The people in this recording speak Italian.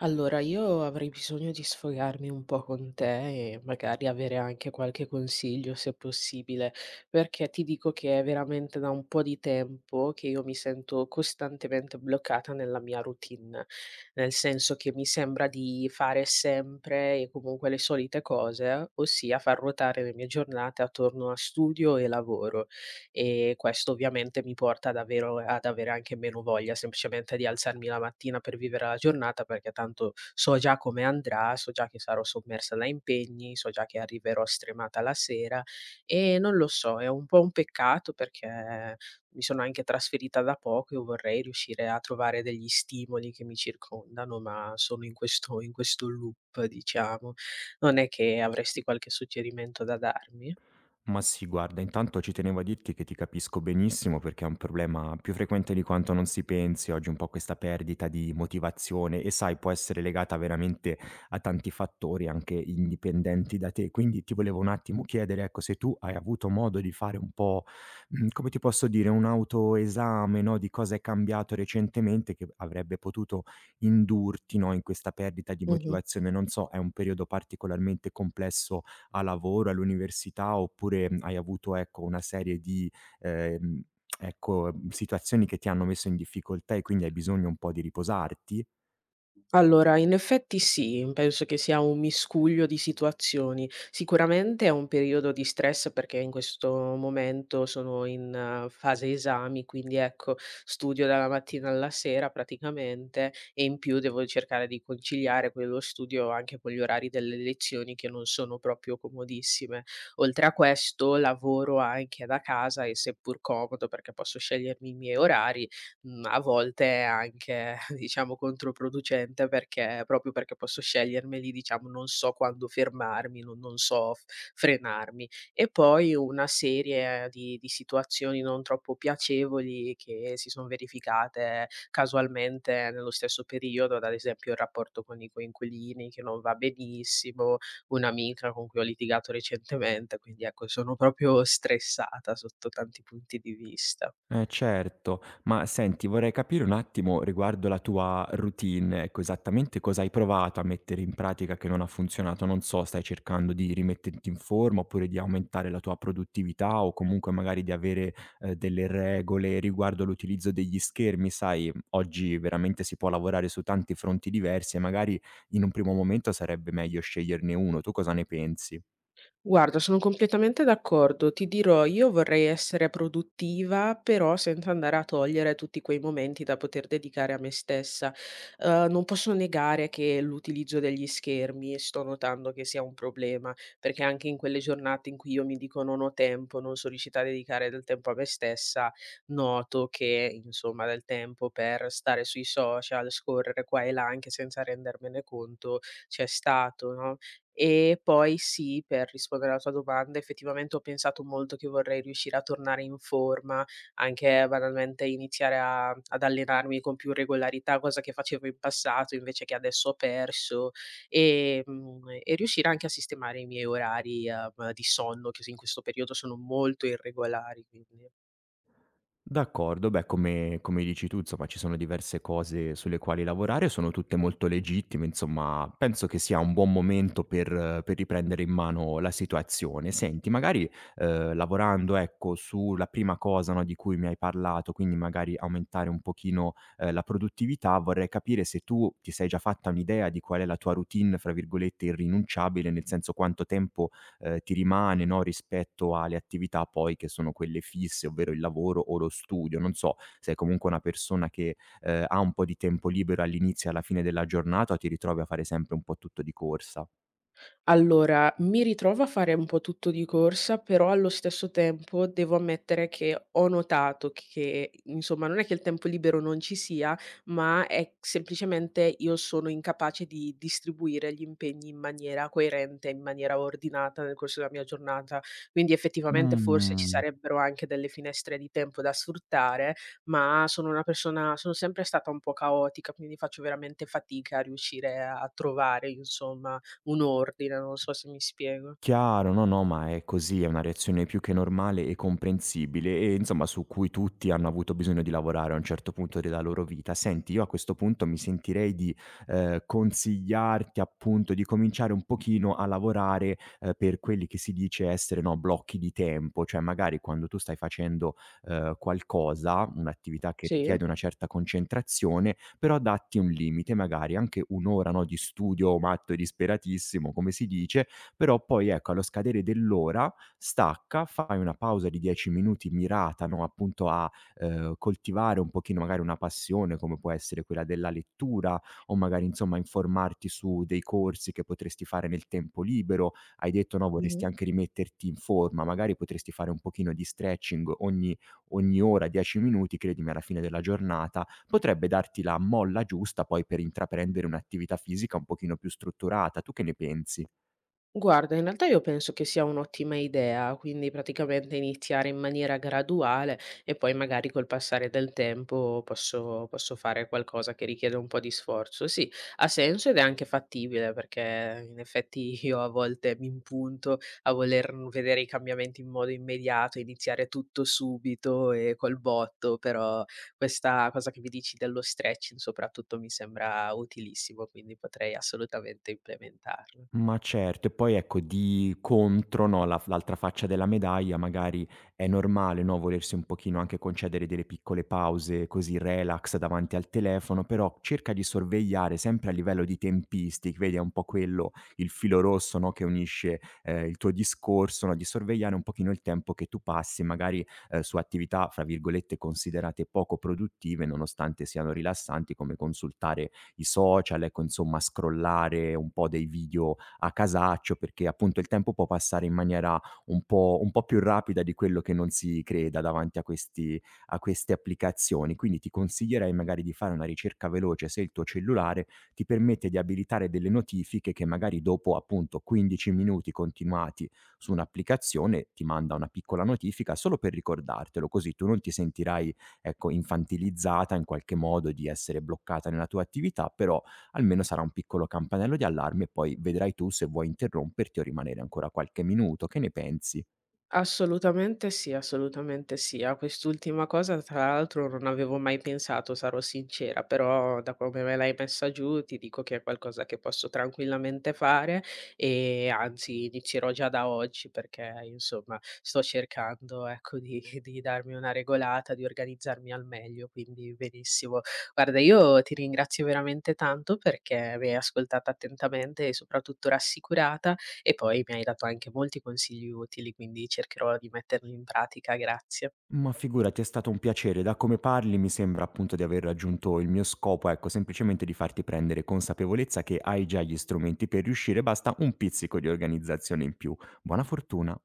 Allora, io avrei bisogno di sfogarmi un po' con te e magari avere anche qualche consiglio, se possibile, perché ti dico che è veramente da un po' di tempo che io mi sento costantemente bloccata nella mia routine, nel senso che mi sembra di fare sempre e comunque le solite cose, ossia far ruotare le mie giornate attorno a studio e lavoro. E questo ovviamente mi porta davvero ad avere anche meno voglia semplicemente di alzarmi la mattina per vivere la giornata, perché tanto so già come andrà, so già che sarò sommersa da impegni, so già che arriverò stremata la sera e non lo so, è un po' un peccato perché mi sono anche trasferita da poco e vorrei riuscire a trovare degli stimoli che mi circondano, ma sono in questo loop diciamo. Non è che avresti qualche suggerimento da darmi? Ma sì, guarda, intanto ci tenevo a dirti che ti capisco benissimo perché è un problema più frequente di quanto non si pensi oggi, un po' questa perdita di motivazione e sai, può essere legata veramente a tanti fattori anche indipendenti da te. Quindi ti volevo un attimo chiedere, ecco, se tu hai avuto modo di fare un po', come ti posso dire, un autoesame, no, di cosa è cambiato recentemente che avrebbe potuto indurti, no, in questa perdita di Mh-mh. motivazione. Non so, è un periodo particolarmente complesso a lavoro, all'università, oppure hai avuto, ecco, una serie di, ehm, ecco, situazioni che ti hanno messo in difficoltà e quindi hai bisogno un po' di riposarti? Allora, in effetti sì, penso che sia un miscuglio di situazioni. Sicuramente è un periodo di stress perché in questo momento sono in fase esami, quindi ecco, studio dalla mattina alla sera praticamente e in più devo cercare di conciliare quello studio anche con gli orari delle lezioni che non sono proprio comodissime. Oltre a questo, lavoro anche da casa e seppur comodo perché posso scegliermi i miei orari, a volte è anche diciamo controproducente perché proprio perché posso scegliermeli, diciamo, non so quando fermarmi, non non so f frenarmi. E poi una serie di situazioni non troppo piacevoli che si son verificate casualmente nello stesso periodo, ad esempio il rapporto con i coinquilini che non va benissimo, un'amica con cui ho litigato recentemente, quindi ecco sono proprio stressata sotto tanti punti di vista. Eh certo, ma senti vorrei capire un attimo riguardo la tua routine, ecco, esattamente cosa hai provato a mettere in pratica che non ha funzionato. Non so, stai cercando di rimetterti in forma oppure di aumentare la tua produttività o comunque magari di avere delle regole riguardo all'utilizzo degli schermi, sai, oggi veramente si può lavorare su tanti fronti diversi e magari in un primo momento sarebbe meglio sceglierne uno. Tu cosa ne pensi? Guarda, sono completamente d'accordo. Ti dirò, io vorrei essere produttiva, però senza andare a togliere tutti quei momenti da poter dedicare a me stessa. Non posso negare che l'utilizzo degli schermi sto notando che sia un problema, perché anche in quelle giornate in cui io mi dico non ho tempo, non sono riuscita a dedicare del tempo a me stessa, noto che, insomma, del tempo per stare sui social, scorrere qua e là, anche senza rendermene conto, c'è stato, no? E poi sì, per rispondere alla tua domanda, effettivamente ho pensato molto che vorrei riuscire a tornare in forma, anche banalmente iniziare a ad allenarmi con più regolarità, cosa che facevo in passato invece che adesso ho perso, e riuscire anche a sistemare i miei orari, di sonno che s in questo periodo sono molto irregolari, quindi. D'accordo, beh come come dici tu insomma ci sono diverse cose sulle quali lavorare, sono tutte molto legittime, insomma penso che sia un buon momento per riprendere in mano la situazione. Senti magari, lavorando ecco sulla prima cosa, no, di cui mi hai parlato, quindi magari aumentare un pochino la produttività, vorrei capire se tu ti sei già fatta un'idea di qual è la tua routine, fra virgolette, "irrinunciabile", nel senso quanto tempo ti rimane, no, rispetto alle attività poi che sono quelle fisse, ovvero il lavoro o lo studio. Non so, sei comunque una persona che ha un po' di tempo libero all'inizio e alla fine della giornata o ti ritrovi a fare sempre un po' tutto di corsa? Allora, mi ritrovo a fare un po' tutto di corsa, però allo stesso tempo devo ammettere che ho notato che, insomma, non è che il tempo libero non ci sia, ma è semplicemente io sono incapace di distribuire gli impegni in maniera coerente, in maniera ordinata nel corso della mia giornata. Quindi effettivamente forse ci Mh. sarebbero anche delle finestre di tempo da sfruttare, ma sono una persona, sono sempre stata un po' caotica, quindi faccio veramente fatica a riuscire a trovare, insomma un ordine, non so se mi spiego. Chiaro, no, no, ma è così, è una reazione più che normale e comprensibile e insomma su cui tutti hanno avuto bisogno di lavorare a un certo punto della loro vita. Senti, io a questo punto mi sentirei di consigliarti appunto di cominciare un pochino a lavorare per quelli che si dice essere no, blocchi di tempo, cioè magari quando tu stai facendo qualcosa, un'attività che Sì. richiede una certa concentrazione, però datti un limite, magari anche un'ora no, di studio matto e disperatissimo, come si dice, però poi ecco allo scadere dell'ora stacca, fai una pausa di 10 minuti mirata, no, appunto a coltivare un pochino magari una passione come può essere quella della lettura o magari insomma informarti su dei corsi che potresti fare nel tempo libero. Hai detto, no, vorresti Mh-mh. anche rimetterti in forma, magari potresti fare un pochino di stretching ogni ora 10 minuti, credimi alla fine della giornata potrebbe darti la molla giusta poi per intraprendere un'attività fisica un pochino più strutturata. Tu che ne pensi? Guarda, in realtà io penso che sia un'ottima idea, quindi praticamente iniziare in maniera graduale e poi magari col passare del tempo posso fare qualcosa che richiede un po' di sforzo. Sì, ha senso ed è anche fattibile perché in effetti io a volte mi impunto a voler vedere i cambiamenti in modo immediato, iniziare tutto subito e col botto, però questa cosa che mi dici dello stretching soprattutto mi sembra utilissimo, quindi potrei assolutamente implementarlo. Ma certo, e poi ecco di contro, no, la f l'altra faccia della medaglia magari è normale, no, volersi un pochino anche concedere delle piccole pause così relax davanti al telefono, però cerca di sorvegliare sempre a livello di tempistic vedi è un po' quello il filo rosso, no, che unisce il tuo discorso, no, di sorvegliare un pochino il tempo che tu passi magari su attività, fra virgolette, "considerate poco produttive", nonostante siano rilassanti come consultare i social, ecco insomma scrollare un po' dei video a casaccio, perché appunto il tempo può passare in maniera un po' più rapida di quello che non si creda davanti a questi a queste applicazioni. Quindi ti consiglierei magari di fare una ricerca veloce se il tuo cellulare ti permette di abilitare delle notifiche che magari dopo appunto 15 minuti continuati su un'applicazione ti manda una piccola notifica solo per ricordartelo, così tu non ti sentirai, ecco, infantilizzata in qualche modo di essere bloccata nella tua attività, però almeno sarà un piccolo campanello di allarme e poi vedrai tu se vuoi interromperti o rimanere ancora qualche minuto, che ne pensi? Assolutamente sì, assolutamente sì. A quest'ultima cosa tra l'altro non avevo mai pensato, sarò sincera, però da come me l'hai messa giù ti dico che è qualcosa che posso tranquillamente fare e anzi inizierò già da oggi perché insomma sto cercando ecco di, di darmi una regolata, di organizzarmi al meglio, quindi benissimo. Guarda, io ti ringrazio veramente tanto perché mi hai ascoltata attentamente e soprattutto rassicurata e poi mi hai dato anche molti consigli utili, quindi cercherò di metterli in pratica, grazie. Ma figurati, è stato un piacere. Da come parli mi sembra appunto di aver raggiunto il mio scopo, ecco, semplicemente di farti prendere consapevolezza che hai già gli strumenti per riuscire, basta un pizzico di organizzazione in più. Buona fortuna.